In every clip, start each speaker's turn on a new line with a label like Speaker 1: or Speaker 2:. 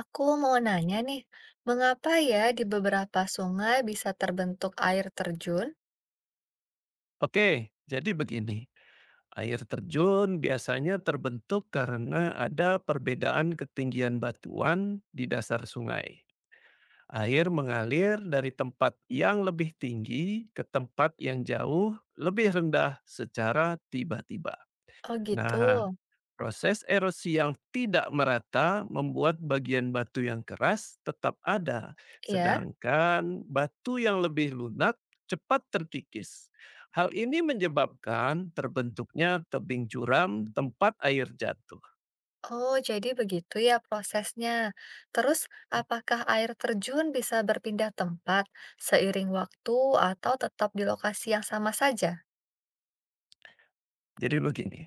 Speaker 1: Aku mau nanya nih, mengapa ya di beberapa sungai bisa terbentuk air terjun?
Speaker 2: Oke, jadi begini. Air terjun biasanya terbentuk karena ada perbedaan ketinggian batuan di dasar sungai. Air mengalir dari tempat yang lebih tinggi ke tempat yang jauh lebih rendah secara tiba-tiba.
Speaker 1: Oh gitu,
Speaker 2: Nah, proses erosi yang tidak merata membuat bagian batu yang keras tetap ada,
Speaker 1: ya.
Speaker 2: sedangkan batu yang lebih lunak cepat terkikis. Hal ini menyebabkan terbentuknya tebing curam tempat air jatuh.
Speaker 1: Oh, jadi begitu ya prosesnya. Terus, apakah air terjun bisa berpindah tempat seiring waktu atau tetap di lokasi yang sama saja?
Speaker 2: Jadi begini,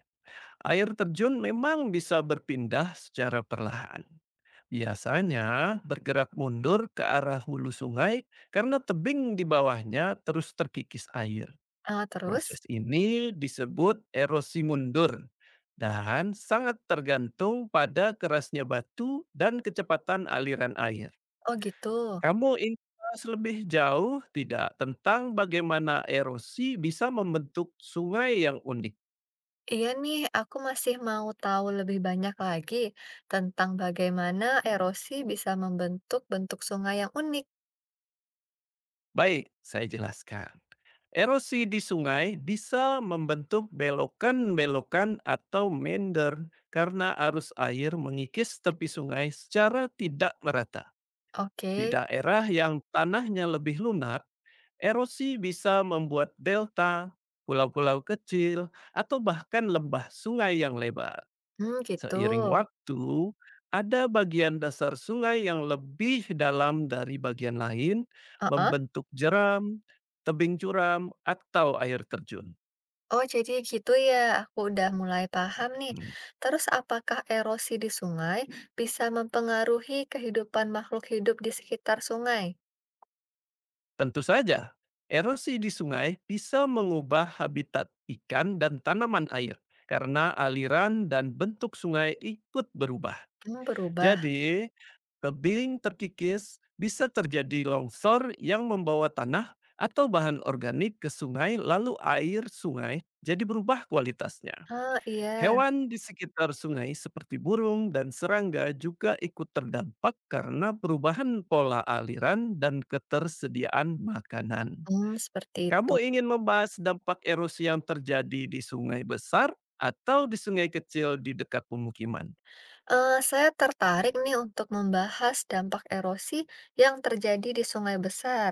Speaker 2: air terjun memang bisa berpindah secara perlahan. Biasanya bergerak mundur ke arah hulu sungai karena tebing di bawahnya terus terkikis air.
Speaker 1: Ah, terus?
Speaker 2: Proses ini disebut erosi mundur dan sangat tergantung pada kerasnya batu dan kecepatan aliran air.
Speaker 1: Oh gitu.
Speaker 2: Kamu ingin bahas lebih jauh tidak tentang bagaimana erosi bisa membentuk sungai yang unik?
Speaker 1: Iya nih, aku masih mau tahu lebih banyak lagi tentang bagaimana erosi bisa membentuk bentuk sungai yang unik.
Speaker 2: Baik, saya jelaskan. Erosi di sungai bisa membentuk belokan-belokan atau meander karena arus air mengikis tepi sungai secara tidak merata.
Speaker 1: Oke,
Speaker 2: Di daerah yang tanahnya lebih lunak, erosi bisa membuat delta, pulau-pulau kecil, atau bahkan lembah sungai yang lebar.
Speaker 1: hmm, gitu.
Speaker 2: Seiring waktu, ada bagian dasar sungai yang lebih dalam dari bagian lain,
Speaker 1: Heeh.
Speaker 2: membentuk jeram, tebing curam, atau air terjun.
Speaker 1: Oh, jadi gitu ya. Aku udah mulai paham nih.
Speaker 2: Hmm,
Speaker 1: Terus apakah erosi di sungai bisa mempengaruhi kehidupan makhluk hidup di sekitar sungai?
Speaker 2: Tentu saja, erosi di sungai bisa mengubah habitat ikan dan tanaman air karena aliran dan bentuk sungai ikut berubah.
Speaker 1: Hmm, berubah.
Speaker 2: Jadi, tebing terkikis bisa terjadi longsor yang membawa tanah atau bahan organik ke sungai lalu air sungai jadi berubah kualitasnya.
Speaker 1: Ah, iya.
Speaker 2: Hewan di sekitar sungai seperti burung dan serangga juga ikut terdampak karena perubahan pola aliran dan ketersediaan makanan.
Speaker 1: Hmm, seperti itu.
Speaker 2: Kamu ingin membahas dampak erosi yang terjadi di sungai besar atau di sungai kecil di dekat pemukiman?
Speaker 1: Saya tertarik nih untuk membahas dampak erosi yang terjadi di sungai besar.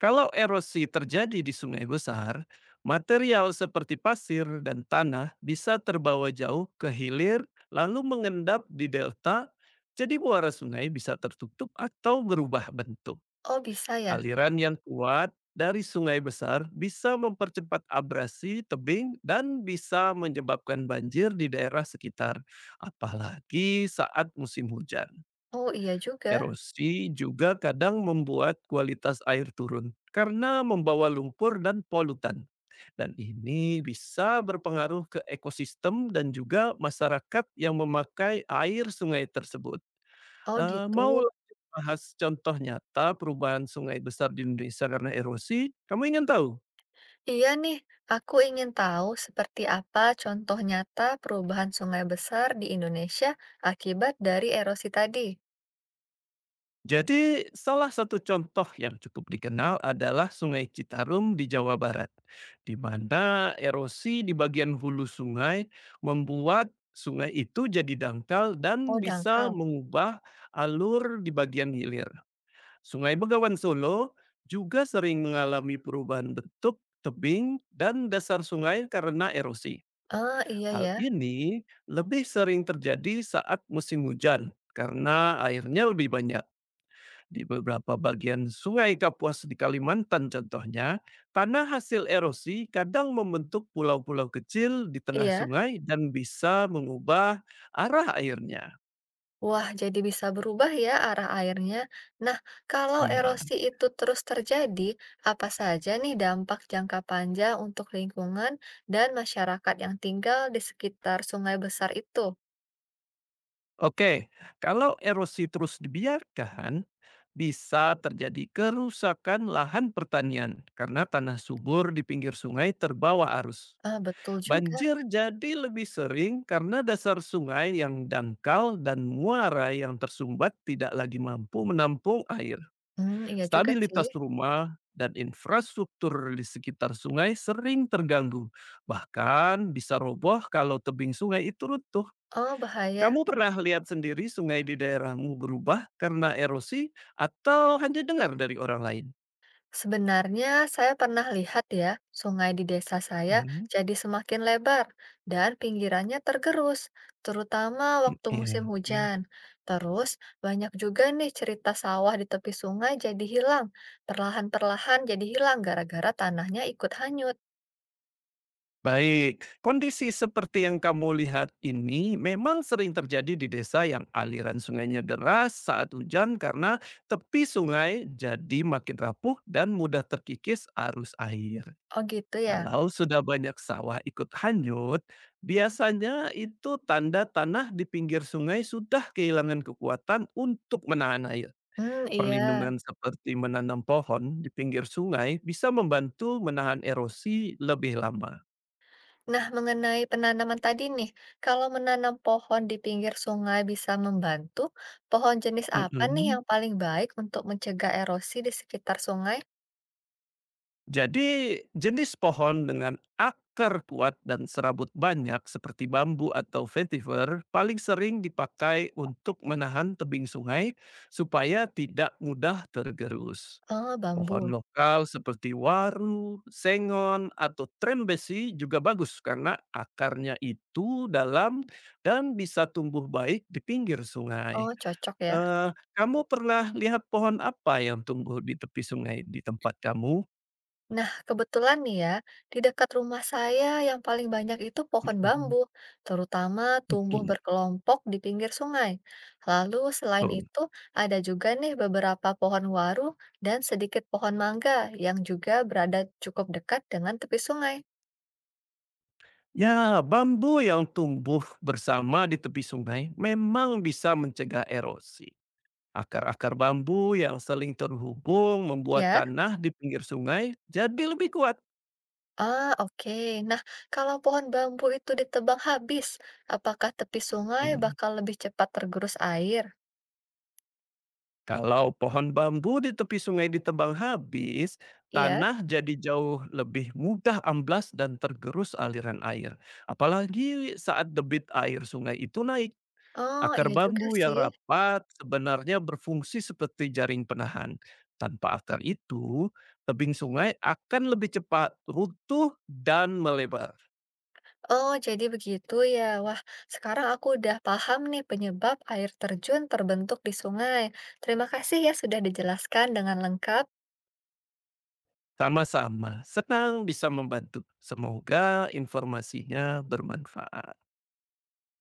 Speaker 2: Kalau erosi terjadi di sungai besar, material seperti pasir dan tanah bisa terbawa jauh ke hilir lalu mengendap di delta, jadi muara sungai bisa tertutup atau berubah bentuk.
Speaker 1: Oh, bisa ya?
Speaker 2: Aliran yang kuat dari sungai besar bisa mempercepat abrasi tebing dan bisa menyebabkan banjir di daerah sekitar, apalagi saat musim hujan.
Speaker 1: Oh, iya juga.
Speaker 2: Erosi juga kadang membuat kualitas air turun karena membawa lumpur dan polutan. Dan ini bisa berpengaruh ke ekosistem dan juga masyarakat yang memakai air sungai tersebut.
Speaker 1: Oh,
Speaker 2: Mau
Speaker 1: gitu.
Speaker 2: lanjut bahas contoh nyata perubahan sungai besar di Indonesia karena erosi? Kamu ingin tahu?
Speaker 1: Iya nih, aku ingin tahu seperti apa contoh nyata perubahan sungai besar di Indonesia akibat dari erosi tadi.
Speaker 2: Jadi, salah satu contoh yang cukup dikenal adalah Sungai Citarum di Jawa Barat, di mana erosi di bagian hulu sungai membuat sungai itu jadi dangkal dan
Speaker 1: Oh,
Speaker 2: bisa
Speaker 1: dangkal.
Speaker 2: mengubah alur di bagian hilir. Sungai Begawan Solo juga sering mengalami perubahan bentuk, tebing, dan dasar sungai karena erosi.
Speaker 1: Ah, iya
Speaker 2: Hal
Speaker 1: ya.
Speaker 2: ini lebih sering terjadi saat musim hujan karena airnya lebih banyak. Di beberapa bagian Sungai Kapuas di Kalimantan contohnya, tanah hasil erosi kadang membentuk pulau-pulau kecil di tengah
Speaker 1: Iya.
Speaker 2: sungai dan bisa mengubah arah airnya.
Speaker 1: Wah, jadi bisa berubah ya arah airnya. Nah, kalau
Speaker 2: Ya.
Speaker 1: erosi itu terus terjadi, apa saja nih dampak jangka panjang untuk lingkungan dan masyarakat yang tinggal di sekitar sungai besar itu?
Speaker 2: Oke, kalau erosi terus dibiarkan, bisa terjadi kerusakan lahan pertanian karena tanah subur di pinggir sungai terbawa arus.
Speaker 1: Ah, betul juga.
Speaker 2: Banjir jadi lebih sering karena dasar sungai yang dangkal dan muara yang tersumbat tidak lagi mampu menampung air.
Speaker 1: Hmm, iya juga sih.
Speaker 2: Stabilitas rumah dan infrastruktur di sekitar sungai sering terganggu, bahkan bisa roboh kalau tebing sungai itu runtuh.
Speaker 1: Oh, bahaya.
Speaker 2: Kamu pernah lihat sendiri sungai di daerahmu berubah karena erosi atau hanya dengar dari orang lain?
Speaker 1: Sebenarnya saya pernah lihat ya, sungai di desa saya
Speaker 2: Mhm,
Speaker 1: jadi semakin lebar dan pinggirannya tergerus, terutama waktu musim
Speaker 2: mhm.
Speaker 1: hujan. Terus banyak juga nih cerita sawah di tepi sungai jadi hilang, perlahan-perlahan jadi hilang gara-gara tanahnya ikut hanyut.
Speaker 2: Baik, kondisi seperti yang kamu lihat ini memang sering terjadi di desa yang aliran sungainya deras saat hujan karena tepi sungai jadi makin rapuh dan mudah terkikis arus air.
Speaker 1: Oh gitu ya?
Speaker 2: Kalau sudah banyak sawah ikut hanyut, biasanya itu tanda tanah di pinggir sungai sudah kehilangan kekuatan untuk menahan air.
Speaker 1: Hmm, iya.
Speaker 2: Perlindungan seperti menanam pohon di pinggir sungai bisa membantu menahan erosi lebih lama.
Speaker 1: Nah, mengenai penanaman tadi nih, kalau menanam pohon di pinggir sungai bisa membantu, pohon jenis apa nih
Speaker 2: Mm-mm.
Speaker 1: yang paling baik untuk mencegah erosi di sekitar sungai?
Speaker 2: Jadi, jenis pohon dengan akar kuat dan serabut banyak seperti bambu atau vetiver paling sering dipakai untuk menahan tebing sungai supaya tidak mudah tergerus.
Speaker 1: Oh, bambu.
Speaker 2: Pohon lokal seperti waru, sengon, atau trembesi juga bagus karena akarnya itu dalam dan bisa tumbuh baik di pinggir sungai.
Speaker 1: Oh, cocok ya.
Speaker 2: Eh, Kamu pernah lihat pohon apa yang tumbuh di tepi sungai di tempat kamu?
Speaker 1: Nah, kebetulan nih ya, di dekat rumah saya yang paling banyak itu pohon bambu, terutama tumbuh
Speaker 2: Mhm,
Speaker 1: berkelompok di pinggir sungai. Lalu selain
Speaker 2: oh.
Speaker 1: itu, ada juga nih beberapa pohon waru dan sedikit pohon mangga yang juga berada cukup dekat dengan tepi sungai.
Speaker 2: Ya, bambu yang tumbuh bersama di tepi sungai memang bisa mencegah erosi. Akar-akar bambu yang saling terhubung membuat
Speaker 1: Ya,
Speaker 2: tanah di pinggir sungai jadi lebih kuat.
Speaker 1: ah, oke. Nah, kalau pohon bambu itu ditebang habis, apakah tepi sungai
Speaker 2: Mhm.
Speaker 1: bakal lebih cepat tergerus air?
Speaker 2: Kalau pohon bambu di tepi sungai ditebang habis,
Speaker 1: Iya?
Speaker 2: tanah jadi jauh lebih mudah amblas dan tergerus aliran air. Apalagi saat debit air sungai itu naik.
Speaker 1: Oh,
Speaker 2: Akar
Speaker 1: iya juga
Speaker 2: bambu yang
Speaker 1: sih.
Speaker 2: rapat sebenarnya berfungsi seperti jaring penahan. Tanpa akar itu, tebing sungai akan lebih cepat runtuh dan melebar.
Speaker 1: Oh, jadi begitu ya. Wah, sekarang aku udah paham nih penyebab air terjun terbentuk di sungai. Terima kasih ya sudah dijelaskan dengan lengkap.
Speaker 2: Sama-sama, senang bisa membantu. Semoga informasinya bermanfaat.